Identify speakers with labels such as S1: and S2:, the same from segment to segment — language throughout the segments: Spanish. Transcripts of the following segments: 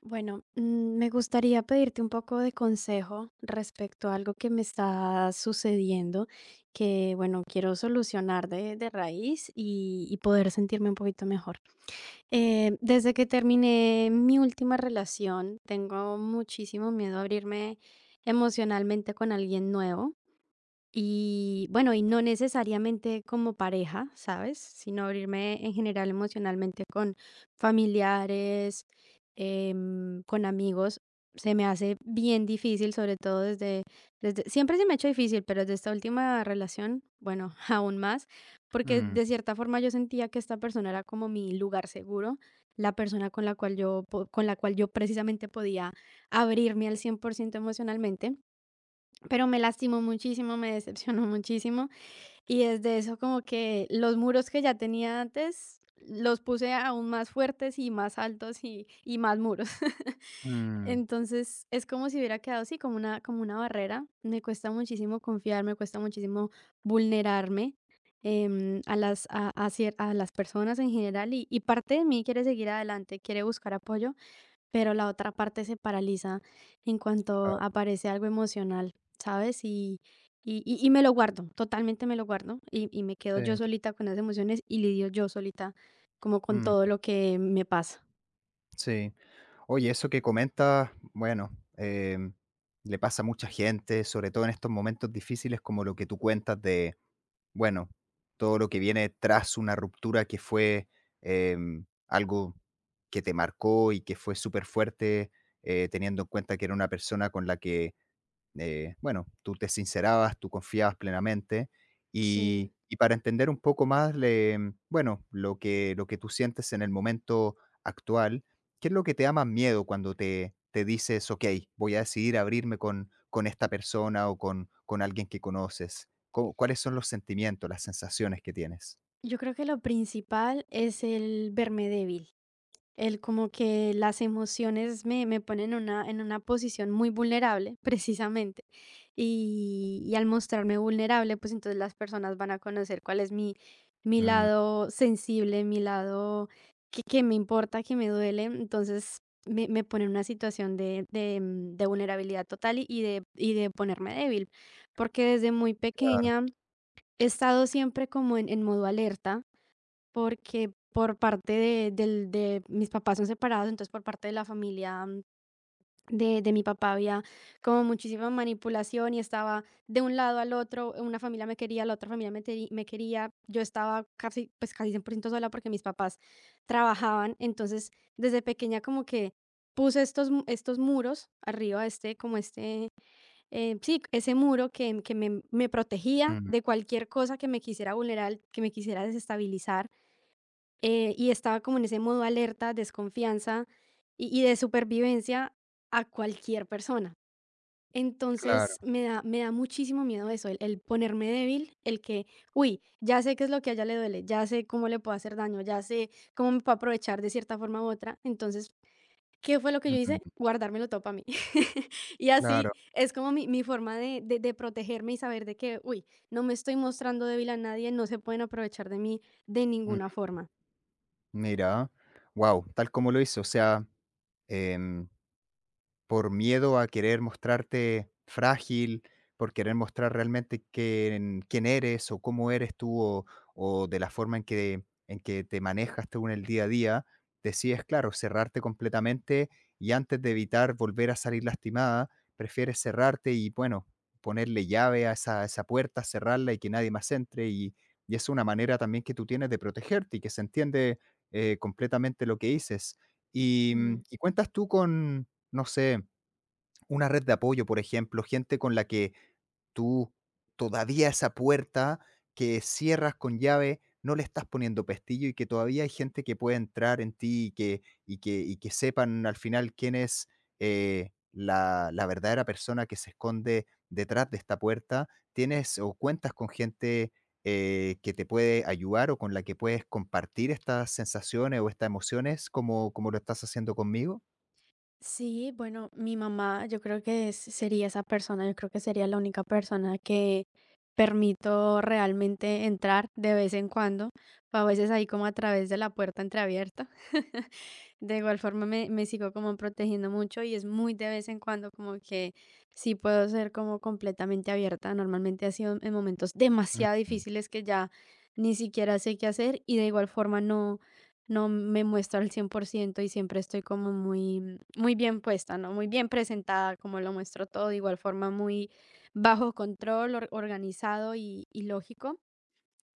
S1: Bueno, me gustaría pedirte un poco de consejo respecto a algo que me está sucediendo, que bueno, quiero solucionar de raíz y poder sentirme un poquito mejor. Desde que terminé mi última relación, tengo muchísimo miedo a abrirme emocionalmente con alguien nuevo. Y bueno, y no necesariamente como pareja, ¿sabes? Sino abrirme en general emocionalmente con familiares, con amigos. Se me hace bien difícil, sobre todo siempre se me ha hecho difícil, pero desde esta última relación, bueno, aún más, porque
S2: Mm,
S1: de cierta forma yo sentía que esta persona era como mi lugar seguro, la persona con la cual con la cual yo precisamente podía abrirme al 100% emocionalmente. Pero me lastimó muchísimo, me decepcionó muchísimo y desde eso como que los muros que ya tenía antes los puse aún más fuertes y más altos y más muros.
S2: mm,
S1: Entonces es como si hubiera quedado así, como una barrera. Me cuesta muchísimo confiar, me cuesta muchísimo vulnerarme em, a, las, a cier- a las personas en general y parte de mí quiere seguir adelante, quiere buscar apoyo, pero la otra parte se paraliza en cuanto
S2: claro,
S1: aparece algo emocional, ¿sabes? Y me lo guardo, totalmente me lo guardo, y me quedo yo
S2: sí,
S1: solita con las emociones y lidio yo solita como con
S2: mm,
S1: todo lo que me pasa.
S2: sí. Oye, eso que comentas, bueno, em, le pasa a mucha gente, sobre todo en estos momentos difíciles como lo que tú cuentas de, bueno, todo lo que viene tras una ruptura que fue algo que te marcó y que fue súper fuerte, teniendo en cuenta que era una persona con la que bueno, tú te sincerabas, tú confiabas plenamente y
S1: Sí,
S2: y para entender un poco más bueno, lo que tú sientes en el momento actual, ¿qué es lo que te da más miedo cuando te dices: "Okey, voy a decidir abrirme con esta persona o con alguien que conoces"? ¿Cu cuáles son los sentimientos, las sensaciones que tienes?
S1: yo creo que lo principal es el verme débil. El como que las emociones me ponen en una posición muy vulnerable, precisamente, y al mostrarme vulnerable, pues, entonces las personas van a conocer cuál es mi
S2: Mm,
S1: lado sensible, mi lado que me importa, que me duele. Entonces, me pone en una situación de vulnerabilidad total y de ponerme débil, porque desde muy
S2: claro,
S1: pequeña he estado siempre como en modo alerta. Porque por parte de mis papás son separados, entonces por parte de la familia de mi papá había como muchísima manipulación y estaba de un lado al otro, una familia me quería, la otra familia me quería, yo estaba casi, pues, casi 100% sola porque mis papás trabajaban, entonces desde pequeña como que puse estos muros arriba, este, como este, sí, ese muro que me protegía
S2: mm,
S1: de cualquier cosa que me quisiera vulnerar, que me quisiera desestabilizar y estaba como en ese modo alerta, desconfianza y de supervivencia a cualquier persona.
S2: claro,
S1: Entonces me da muchísimo miedo eso, el ponerme débil, el que, uy, ya sé qué es lo que a ella le duele, ya sé cómo le puedo hacer daño, ya sé cómo me puedo aprovechar de cierta forma u otra. Entonces, ¿qué fue lo que yo
S2: mm,
S1: hice? Guardármelo todo para mí. Y
S2: claro,
S1: así es como mi forma de protegerme y saber de que, uy, no me estoy mostrando débil a nadie, no se pueden aprovechar de mí de
S2: mm,
S1: ninguna forma.
S2: mira, wow, tal como lo hice, o sea, em por miedo a querer mostrarte frágil, por querer mostrar realmente quién, quién eres o cómo eres tú o de la forma en que te manejas tú en el día a día, decides, claro, cerrarte completamente y antes de evitar volver a salir lastimada, prefieres cerrarte y, bueno, ponerle llave a esa puerta, cerrarla y que nadie más entre. Y es una manera también que tú tienes de protegerte y que se entiende completamente lo que dices. Y cuentas tú con, no sé, una red de apoyo, por ejemplo, gente con la que tú todavía esa puerta que cierras con llave no le estás poniendo pestillo y que todavía hay gente que puede entrar en ti y que sepan al final quién es la verdadera persona que se esconde detrás de esta puerta. Tienes o cuentas con gente que te puede ayudar o con la que puedes compartir estas sensaciones o estas emociones como lo estás haciendo conmigo.
S1: Sí, bueno, mi mamá, yo creo que sería esa persona, yo creo que sería la única persona que permito realmente entrar de vez en cuando, o a veces ahí como a través de la puerta entreabierta. De igual forma me sigo como protegiendo mucho y es muy de vez en cuando como que sí puedo ser como completamente abierta. Normalmente ha sido en momentos demasiado
S2: Ujú,
S1: difíciles que ya ni siquiera sé qué hacer y de igual forma no no me muestro al 100% y siempre estoy como muy bien puesta, ¿no? Muy bien presentada, como lo muestro todo, de igual forma muy bajo control, organizado y lógico.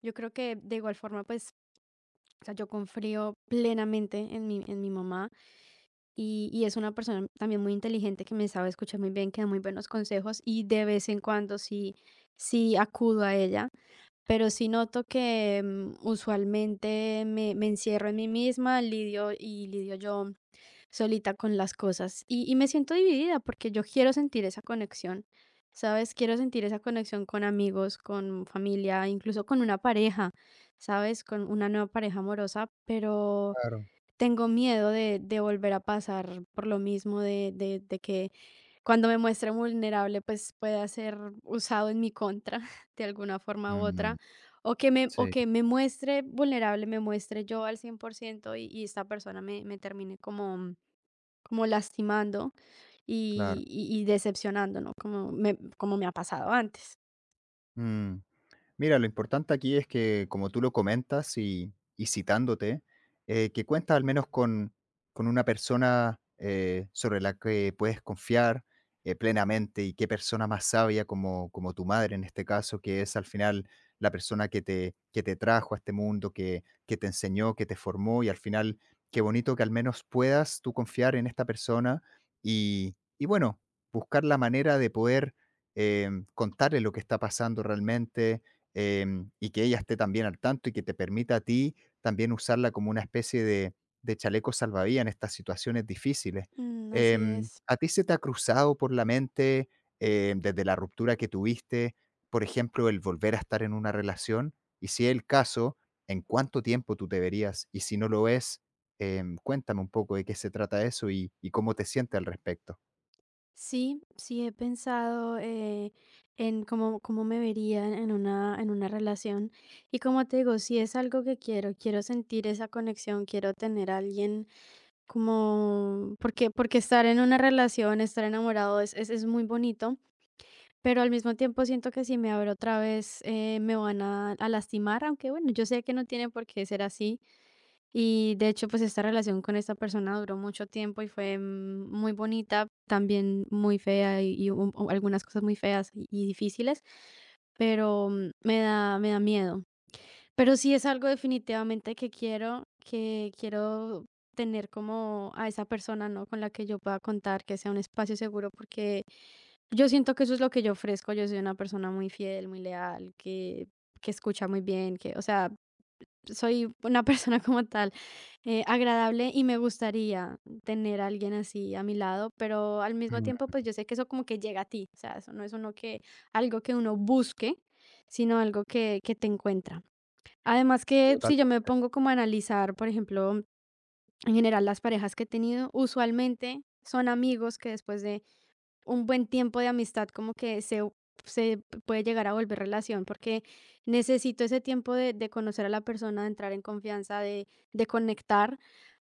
S1: Yo creo que de igual forma, pues, o sea, yo confío plenamente en mi mamá y es una persona también muy inteligente que me sabe escuchar muy bien, que da muy buenos consejos y de vez en cuando sí, sí acudo a ella. Pero sí noto que, usualmente me encierro en mí misma, lidio y lidio yo solita con las cosas. Y me siento dividida porque yo quiero sentir esa conexión, ¿sabes? Quiero sentir esa conexión con amigos, con familia, incluso con una pareja, ¿sabes? Con una nueva pareja amorosa, pero
S2: claro.
S1: tengo miedo de volver a pasar por lo mismo, de que cuando me muestre vulnerable, pues, pueda ser usado en mi contra de alguna forma u
S2: Mm,
S1: otra, o
S2: sí,
S1: que me muestre vulnerable, me muestre yo al 100% y esta persona me termine como como lastimando
S2: claro.
S1: y decepcionando, ¿no? Como me ha pasado antes.
S2: Mm. Mira, lo importante aquí es que, como tú lo comentas y citándote, que cuentas al menos con una persona sobre la que puedes confiar plenamente y qué persona más sabia como tu madre en este caso, que es al final la persona que te trajo a este mundo, que te enseñó, que te formó y al final qué bonito que al menos puedas tú confiar en esta persona y bueno, buscar la manera de poder eh, contarle lo que está pasando realmente y que ella esté también al tanto y que te permita a ti también usarla como una especie de chaleco salvavidas en estas situaciones difíciles.
S1: Mm, así es.
S2: ¿A ti se te ha cruzado por la mente desde la ruptura que tuviste, por ejemplo, el volver a estar en una relación? Y si es el caso, ¿en cuánto tiempo tú te verías? Y si no lo es, cuéntame un poco de qué se trata eso y cómo te sientes al respecto.
S1: Sí, sí he pensado en cómo me vería en una relación. Y como te digo, si es algo que quiero, quiero sentir esa conexión, quiero tener a alguien como, porque estar en una relación, estar enamorado es muy bonito, pero al mismo tiempo siento que si me abro otra vez me van a lastimar, aunque bueno, yo sé que no tiene por qué ser así y de hecho, pues esta relación con esta persona duró mucho tiempo y fue muy bonita, también muy fea y o algunas cosas muy feas y difíciles, pero me da miedo. Pero sí es algo definitivamente que quiero tener como a esa persona, ¿no? Con la que yo pueda contar, que sea un espacio seguro, porque yo siento que eso es lo que yo ofrezco. Yo soy una persona muy fiel, muy leal, que escucha muy bien, que, o sea, soy una persona como tal, agradable y me gustaría tener a alguien así a mi lado, pero al mismo
S2: Mm,
S1: tiempo, pues yo sé que eso como que llega a ti, o sea, eso no es uno que, algo que uno busque, sino algo que te encuentra. Además que
S2: total,
S1: si yo me pongo como a analizar, por ejemplo, en general las parejas que he tenido, usualmente son amigos que después de un buen tiempo de amistad como que se puede llegar a volver relación, porque necesito ese tiempo de conocer a la persona, de entrar en confianza, de conectar.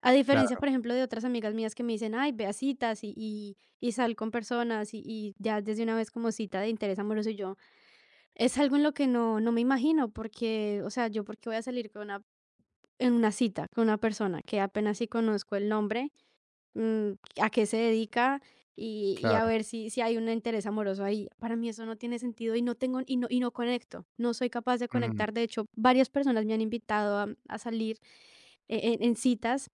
S1: A diferencia,
S2: claro,
S1: por ejemplo, de otras amigas mías que me dicen, ay, ve a citas y sal con personas y ya desde una vez como cita de interés amoroso y yo, es algo en lo que no, no me imagino, porque, o sea, yo porque voy a salir en una cita con una persona que apenas sí conozco el nombre, mm, a qué se dedica y a
S2: claro.
S1: ver si, si hay un interés amoroso ahí. Para mí eso no tiene sentido y no tengo y no conecto, no soy capaz de
S2: Mm,
S1: conectar. De hecho, varias personas me han invitado a salir en citas,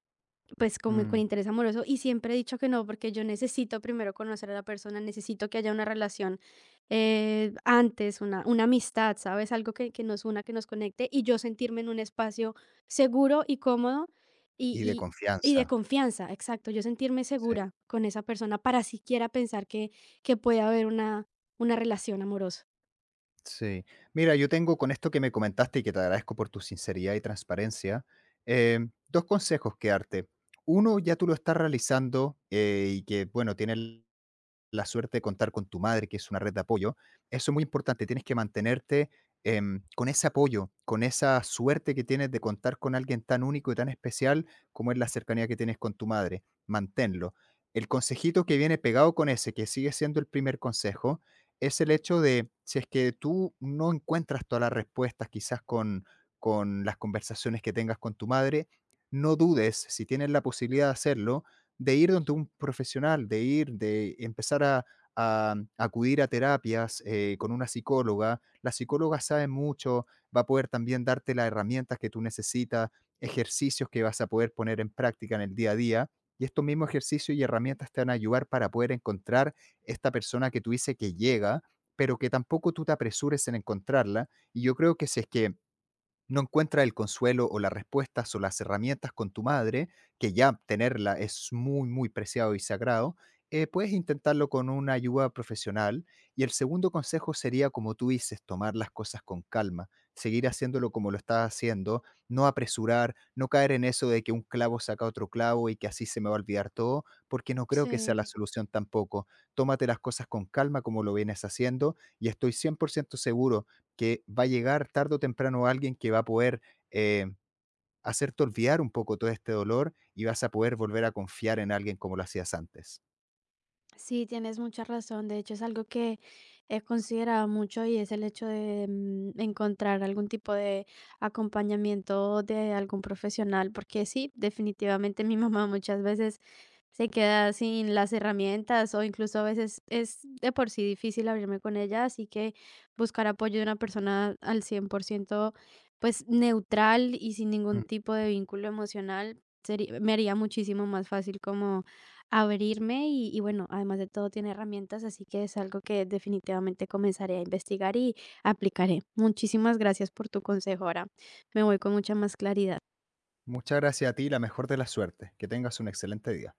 S1: pues como con
S2: mm.
S1: interés amoroso y siempre he dicho que no, porque yo necesito primero conocer a la persona, necesito que haya una relación, antes, una amistad, ¿sabes? Algo que nos una, que nos conecte y yo sentirme en un espacio seguro y cómodo
S2: Y de
S1: y, y de
S2: confianza.
S1: confianza, exacto, yo sentirme
S2: Sí.
S1: segura con esa persona para siquiera pensar que puede haber una relación amorosa.
S2: Sí. Mira, yo tengo con esto que me comentaste y que te agradezco por tu sinceridad y transparencia, eh, dos consejos que darte. Uno, ya tú lo estás realizando y que, bueno, tienes la suerte de contar con tu madre, que es una red de apoyo. Eso es muy importante, tienes que mantenerte con ese apoyo, con esa suerte que tienes de contar con alguien tan único y tan especial como es la cercanía que tienes con tu madre. Manténlo. El consejito que viene pegado con ese, que sigue siendo el primer consejo, es el hecho de, si es que tú no encuentras todas las respuestas quizás con las conversaciones que tengas con tu madre, no dudes, si tienes la posibilidad de hacerlo, de ir donde un profesional, de ir, de empezar a acudir a terapias con una psicóloga. La psicóloga sabe mucho, va a poder también darte las herramientas que tú necesitas, ejercicios que vas a poder poner en práctica en el día a día. Y estos mismos ejercicios y herramientas te van a ayudar para poder encontrar esta persona que tú dices que llega, pero que tampoco tú te apresures en encontrarla. Y yo creo que si es que no encuentras el consuelo o las respuestas o las herramientas con tu madre, que ya tenerla es muy, muy preciado y sagrado, puedes intentarlo con una ayuda profesional. Y el segundo consejo sería, como tú dices, tomar las cosas con calma, seguir haciéndolo como lo estás haciendo, no apresurar, no caer en eso de que un clavo saca otro clavo y que así se me va a olvidar todo, porque no creo que sea la
S1: Sí.
S2: solución tampoco. Tómate las cosas con calma como lo vienes haciendo y estoy 100% seguro que va a llegar tarde o temprano alguien que va a poder, eh, hacerte olvidar un poco todo este dolor y vas a poder volver a confiar en alguien como lo hacías antes.
S1: Sí, tienes mucha razón. De hecho, es algo que he considerado mucho y es el hecho de encontrar algún tipo de acompañamiento de algún profesional, porque sí, definitivamente mi mamá muchas veces se queda sin las herramientas o incluso a veces es de por sí difícil abrirme con ella, así que buscar apoyo de una persona al 100%, pues neutral y sin
S2: Mm.
S1: ningún tipo de vínculo emocional sería, me haría muchísimo más fácil como abrirme y bueno, además de todo tiene herramientas, así que es algo que definitivamente comenzaré a investigar y aplicaré. Muchísimas gracias por tu consejo. Ahora me voy con mucha más claridad.
S2: Muchas gracias a ti la mejor de las suertes. Que tengas un excelente día.